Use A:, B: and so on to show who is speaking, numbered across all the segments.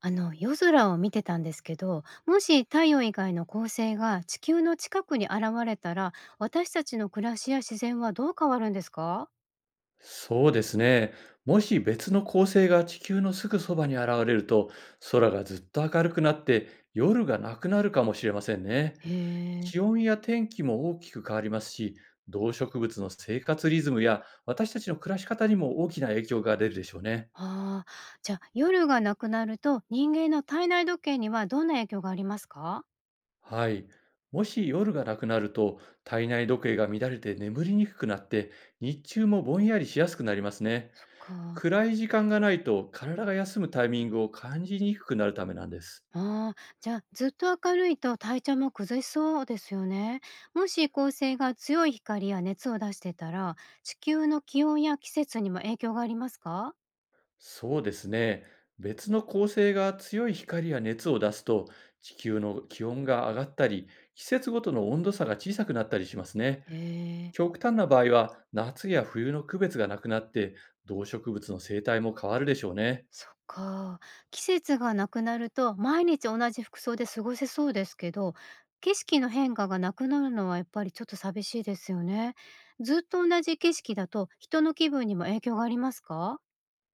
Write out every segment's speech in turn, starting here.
A: あの、夜空を見てたんですけど、もし太陽以外の恒星が地球の近くに現れたら私たちの暮らしや自然はどう変わるんですか？
B: そうですね。もし別の恒星が地球のすぐそばに現れると、空がずっと明るくなって夜がなくなるかもしれませんね。
A: へ
B: 気
A: え。
B: 温や天気も大きく変わりますし、動植物の生活リズムや私たちの暮らし方にも大きな影響が出るでしょうね。
A: ああ、ーじゃあ夜がなくなると人間の体内時計にはどんな影響がありますか？
B: はい。もし夜がなくなると、体内時計が乱れて眠りにくくなって、日中もぼんやりしやすくなりますね。
A: そっか。
B: 暗い時間がないと体が休むタイミングを感じにくくなるためなんです。
A: あー、じゃあずっと明るいと体調も崩しそうですよね。もし恒星が強い光や熱を出してたら地球の気温や季節にも影響がありますか？
B: そうですね。別の恒星が強い光や熱を出すと、地球の気温が上がったり、季節ごとの温度差が小さくなったりしますね。
A: へえ。
B: 極端な場合は、夏や冬の区別がなくなって、動植物の生態も変わるでしょうね。
A: そっか。季節がなくなると毎日同じ服装で過ごせそうですけど、景色の変化がなくなるのはやっぱりちょっと寂しいですよね。ずっと同じ景色だと人の気分にも影響がありますか？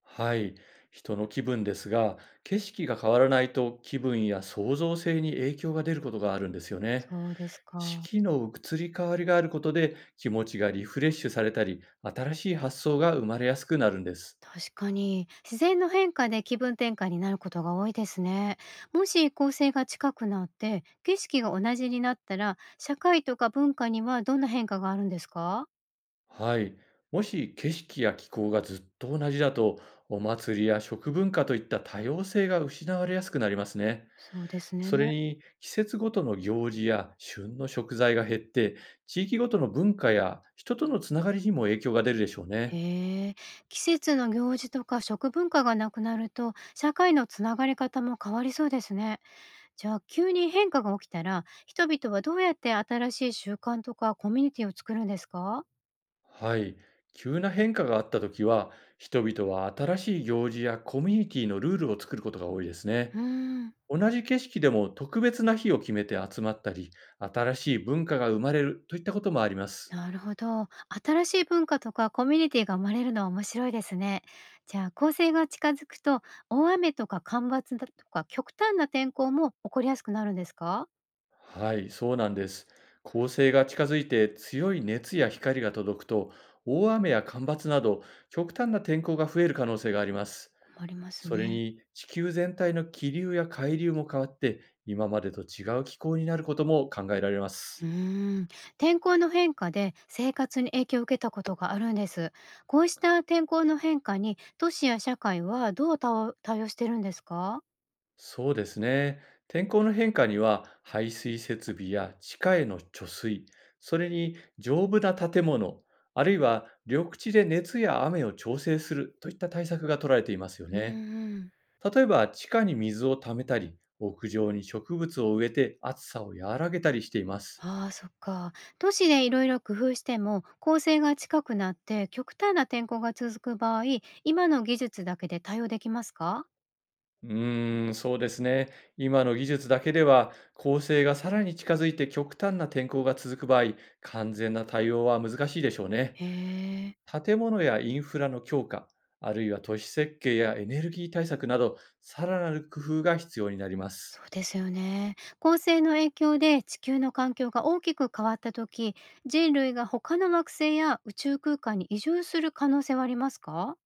B: はい。人の気分ですが、景色が変わらないと気分や創造性に影響が出ることがあるんですよね。
A: そうです
B: 四
A: か。
B: 季の移り変わりがあることで気持ちがリフレッシュされたり、新しい発想が生まれやすくなるんです。
A: 確かに自然の変化で気分転換になることが多いですね。もし構成が近くなって景色が同じになったら社会とか文化にはどんな変化があるんですか？
B: はい。もし景色や気候がずっと同じだと、お祭りや食文化といった多様性が失われやすくなりますね。
A: そうです
B: それ
A: ね。
B: に、季節ごとの行事や旬の食材が減って、地域ごとの文化や人とのつながりにも影響が出るでしょうね。
A: へえ、季節の行事とか食文化がなくなると社会のつながり方も変わりそうですね。じゃあ急に変化が起きたら人々はどうやって新しい習慣とかコミュニティを作るんですか？
B: はい。急な変化があったときは、人々は新しい行事やコミュニティのルールを作ることが多いですね。
A: うーん、
B: 同じ景色でも特別な日を決めて集まったり、新しい文化が生まれるといったこともあります。
A: なるほど。新しい文化とかコミュニティが生まれるのは面白いですね。じゃあ構成が近づくと大雨とか干ばつだとか極端な天候も起こりやすくなるんですか？
B: はい、そうなんです。恒星が近づいて強い熱や光が届くと、大雨や干ばつなど極端な天候が増える可能性があります。
A: 困ります
B: それ
A: ね。
B: に地球全体の気流や海流も変わって、今までと違う気候になることも考えられま
A: う
B: す。
A: ーん、天候の変化で生活に影響を受けたことがあるんです。こうした天候の変化に都市や社会はどう対応してるんですか？
B: そうですね。天候の変化には排水設備や地下への貯水、それに丈夫な建物、あるいは緑地で熱や雨を調整するといった対策が取られていますよ
A: うん。
B: ね。
A: ん。
B: 例えば地下に水を溜めたり、屋上に植物を植えて暑さを和らげたりしています。
A: ああ、そっか。都市でいろいろ工夫しても構成が近くなって極端な天候が続く場合、今の技術だけで対応できますか？
B: うーん、そうですね。今の技術だけでは、恒星がさらに近づいて極端な天候が続く場合、完全な対応は難しいでしょうね。
A: へえ。
B: 建物やインフラの強化、あるいは都市設計やエネルギー対策など、さらなる工夫が必要になりま
A: そ
B: す。
A: うですよね。恒星の影響で地球の環境が大きく変わった時、人類が他の惑星や宇宙空間に移住する可能性はありますか？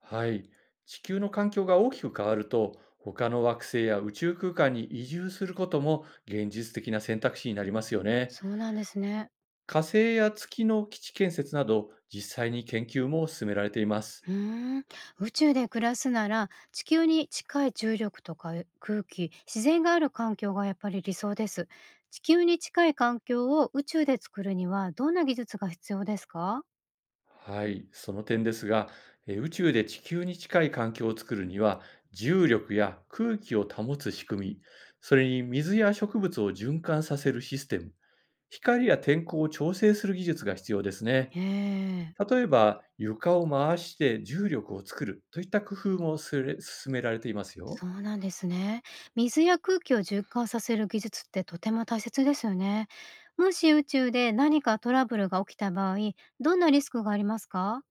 B: はい。地球の環境が大きく変わると、他の惑星や宇宙空間に移住することも現実的な選択肢になりますよね。
A: そうなんですね。
B: 火星や月の基地建設など、実際に研究も進められています。
A: うーん、宇宙で暮らすなら地球に近い重力とか空気自然がある環境がやっぱり理想です。地球に近い環境を宇宙で作るにはどんな技術が必要ですか？
B: はい。その点ですが、宇宙で地球に近い環境を作るには、重力や空気を保つ仕組み、それに水や植物を循環させるシステム、光や天候を調整する技術が必要ですね。
A: ええ。
B: 例えば、床を回して重力を作るといった工夫もすれ進められていますよ。
A: そうなんですね。水や空気を循環させる技術ってとても大切ですよね。もし宇宙で何かトラブルが起きた場合、どんなリスクがありますか？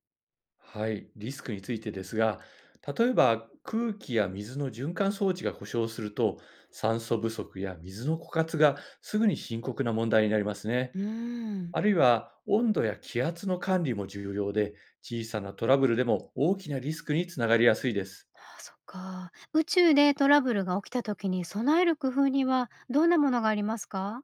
B: はい、リスクについてですが、例えば空気や水の循環装置が故障すると、酸素不足や水の枯渇がすぐに深刻な問題になりますね。
A: うーん。
B: あるいは温度や気圧の管理も重要で、小さなトラブルでも大きなリスクにつながりやすいです。
A: ああ、そっか。宇宙でトラブルが起きた時に備える工夫にはどんなものがありますか？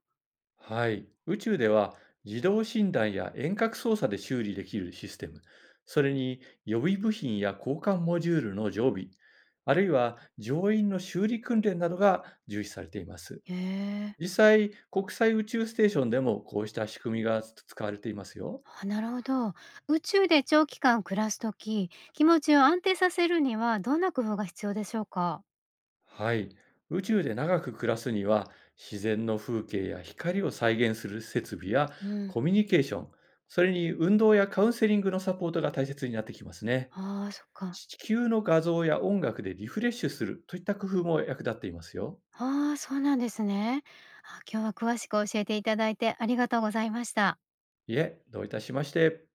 B: はい。宇宙では自動診断や遠隔操作で修理できるシステム、それに予備部品や交換モジュールの常備、あるいは乗員の修理訓練などが重視されています。
A: へえ。
B: 実際、国際宇宙ステーションでもこうした仕組みが使われていますよ。
A: あ、なるほど。宇宙で長期間暮らす時、気持ちを安定させるにはどんな工夫が必要でしょうか？
B: はい。宇宙で長く暮らすには、自然の風景や光を再現する設備や
A: うん。
B: コミュニケーション、それに運動やカウンセリングのサポートが大切になってきますね。
A: ああ、そっか。
B: 地球の画像や音楽でリフレッシュするといった工夫も役立っていますよ。
A: ああ、そうなんですね。あ、今日は詳しく教えていただいてありがとうございました。
B: いえ、どういたしまして。